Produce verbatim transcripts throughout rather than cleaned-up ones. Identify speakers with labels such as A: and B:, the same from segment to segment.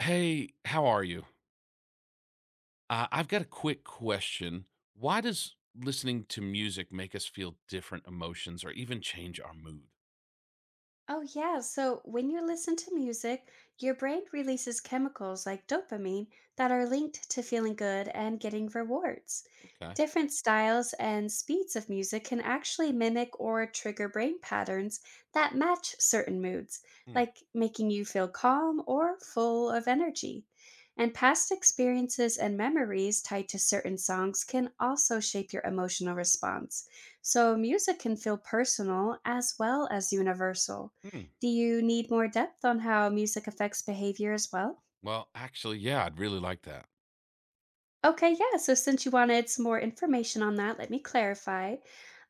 A: Hey, how are you? Uh, I've got a quick question. Why does listening to music make us feel different emotions or even change our mood?
B: Oh, yeah. So when you listen to music, your brain releases chemicals like dopamine that are linked to feeling good and getting rewards.
A: Okay.
B: Different styles and speeds of music can actually mimic or trigger brain patterns that match certain moods
A: Hmm.
B: like making you feel calm or full of energy. And past experiences and memories tied to certain songs can also shape your emotional response. So, music can feel personal as well as universal.
A: Hmm.
B: Do you need more depth on how music affects behavior as well?
A: Well, actually, yeah, I'd really like that.
B: Okay, yeah. So since you wanted some more information on that, let me clarify.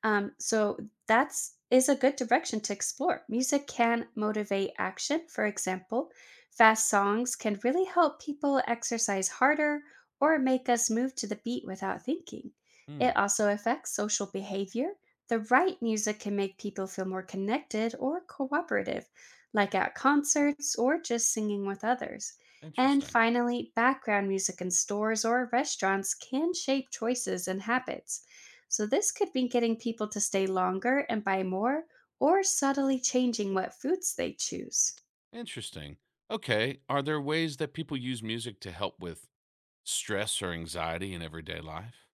B: Um, so that's is a good direction to explore. Music can motivate action. For example, fast songs can really help people exercise harder or make us move to the beat without thinking.
A: Hmm.
B: It also affects social behavior. The right music can make people feel more connected or cooperative, like at concerts or just singing with others. And
A: Interesting.
B: finally, background music in stores or restaurants can shape choices and habits. So, this could be getting people to stay longer and buy more, or subtly changing what foods they choose.
A: Interesting. Okay. Are there ways that people use music to help with stress or anxiety in everyday life?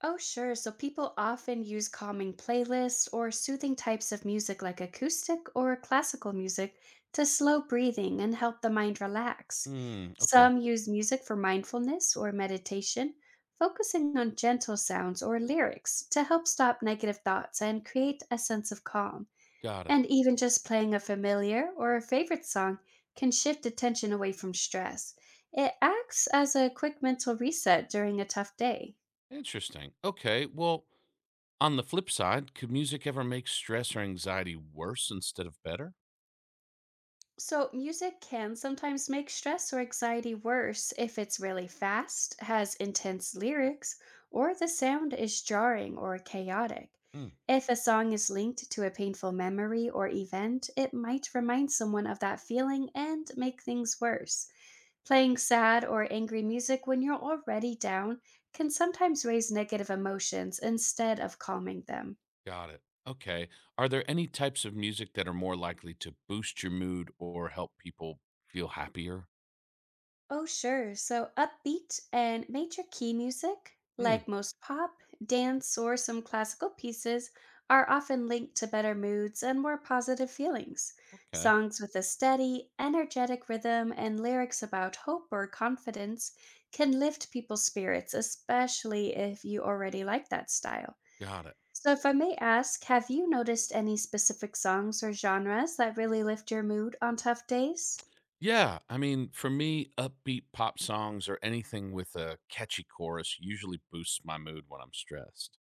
B: Oh, sure. So people often use calming playlists or soothing types of music like acoustic or classical music to slow breathing and help the mind relax.
A: Hmm. Okay.
B: Some use music for mindfulness or meditation, focusing on gentle sounds or lyrics to help stop negative thoughts and create a sense of calm.
A: Got it.
B: And even just playing a familiar or a favorite song can shift attention away from stress. It acts as a quick mental reset during a tough day.
A: Interesting. Okay. Well, on the flip side, could music ever make stress or anxiety worse instead of better?
B: So, music can sometimes make stress or anxiety worse if it's really fast, has intense lyrics, or the sound is jarring or chaotic.
A: Hmm.
B: If a song is linked to a painful memory or event, it might remind someone of that feeling and make things worse. Playing sad or angry music when you're already down can sometimes raise negative emotions instead of calming them.
A: Got it. Okay. Are there any types of music that are more likely to boost your mood or help people feel happier?
B: Oh, sure. So upbeat and major key music,
A: Hmm.
B: like most pop, dance, or some classical pieces, are often linked to better moods and more positive feelings.
A: Okay.
B: Songs with a steady, energetic rhythm and lyrics about hope or confidence can lift people's spirits, especially if you already like that style.
A: Got it.
B: So, if I may ask, have you noticed any specific songs or genres that really lift your mood on tough days?
A: Yeah. I mean, for me, upbeat pop songs or anything with a catchy chorus usually boosts my mood when I'm stressed.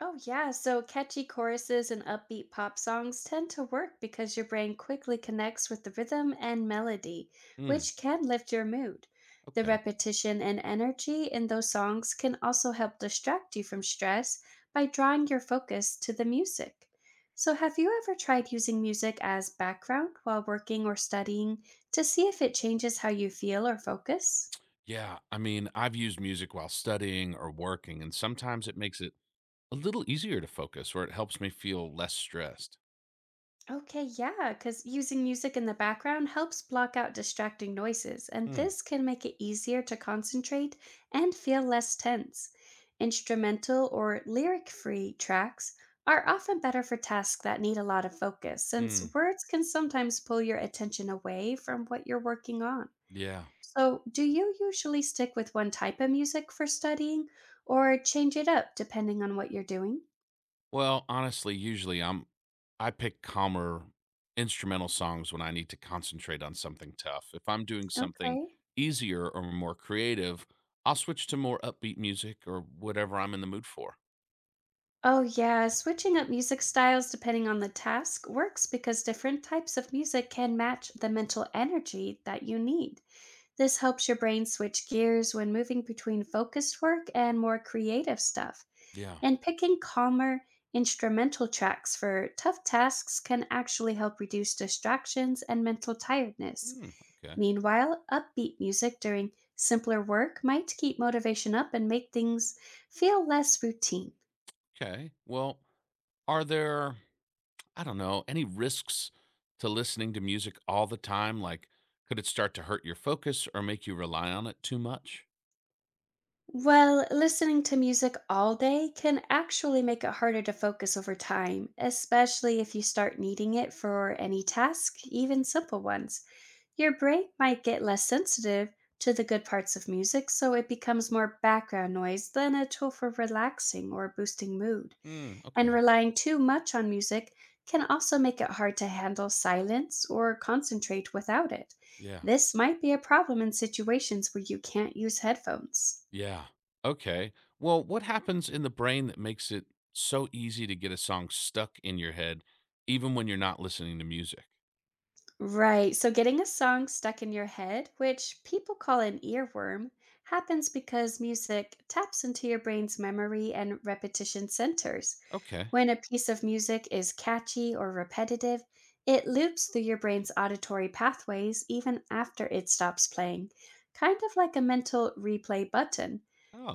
B: Oh, yeah. So catchy choruses and upbeat pop songs tend to work because your brain quickly connects with the rhythm and melody,
A: Hmm.
B: which can lift your mood. The
A: Okay.
B: repetition and energy in those songs can also help distract you from stress by drawing your focus to the music. So, have you ever tried using music as background while working or studying to see if it changes how you feel or focus?
A: Yeah. I mean, I've used music while studying or working, and sometimes it makes it a little easier to focus or it helps me feel less stressed.
B: Okay, yeah, because using music in the background helps block out distracting noises, and
A: Hmm.
B: this can make it easier to concentrate and feel less tense. Instrumental or lyric free tracks are often better for tasks that need a lot of focus,
A: Hmm.
B: since words can sometimes pull your attention away from what you're working on.
A: Yeah.
B: So, do you usually stick with one type of music for studying or change it up depending on what you're doing?
A: Well, honestly, usually I'm I pick calmer instrumental songs when I need to concentrate on something tough. If I'm doing something
B: Okay.
A: easier or more creative, I'll switch to more upbeat music or whatever I'm in the mood for.
B: Oh, yeah, switching up music styles depending on the task works because different types of music can match the mental energy that you need. This helps your brain switch gears when moving between focused work and more creative stuff.
A: Yeah.
B: And picking calmer instrumental tracks for tough tasks can actually help reduce distractions and mental tiredness.
A: Hmm, okay.
B: Meanwhile, upbeat music during simpler work might keep motivation up and make things feel less routine.
A: Okay. Well, are there I don't know, any risks to listening to music all the time? Like could it start to hurt your focus or make you rely on it too much?
B: Well, listening to music all day can actually make it harder to focus over time, especially if you start needing it for any task, even simple ones. Your brain might get less sensitive to the good parts of music, so it becomes more background noise than a tool for relaxing or boosting mood.
A: Hmm,
B: And
A: okay.
B: relying too much on music can also make it hard to handle silence or concentrate without it.
A: Yeah.
B: This might be a problem in situations where you can't use headphones.
A: Yeah. Okay. Well, what happens in the brain that makes it so easy to get a song stuck in your head, even when you're not listening to music?
B: Right. So getting a song stuck in your head, which people call an earworm, happens because music taps into your brain's memory and repetition centers.
A: Okay.
B: When a piece of music is catchy or repetitive, it loops through your brain's auditory pathways even after it stops playing, kind of like a mental replay button.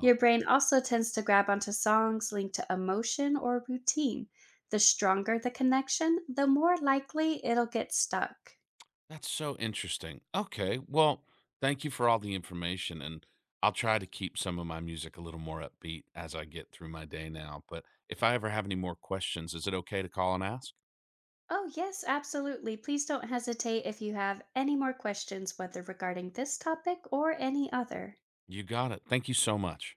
B: Your brain also tends to grab onto songs linked to emotion or routine. The stronger the connection, the more likely it'll get stuck.
A: that's so interesting. Okay. Well, thank you for all the information. And I'll try to keep some of my music a little more upbeat as I get through my day now. But if I ever have any more questions, is it okay to call and ask?
B: Oh, yes, absolutely. Please don't hesitate if you have any more questions, whether regarding this topic or any other.
A: You got it. Thank you so much.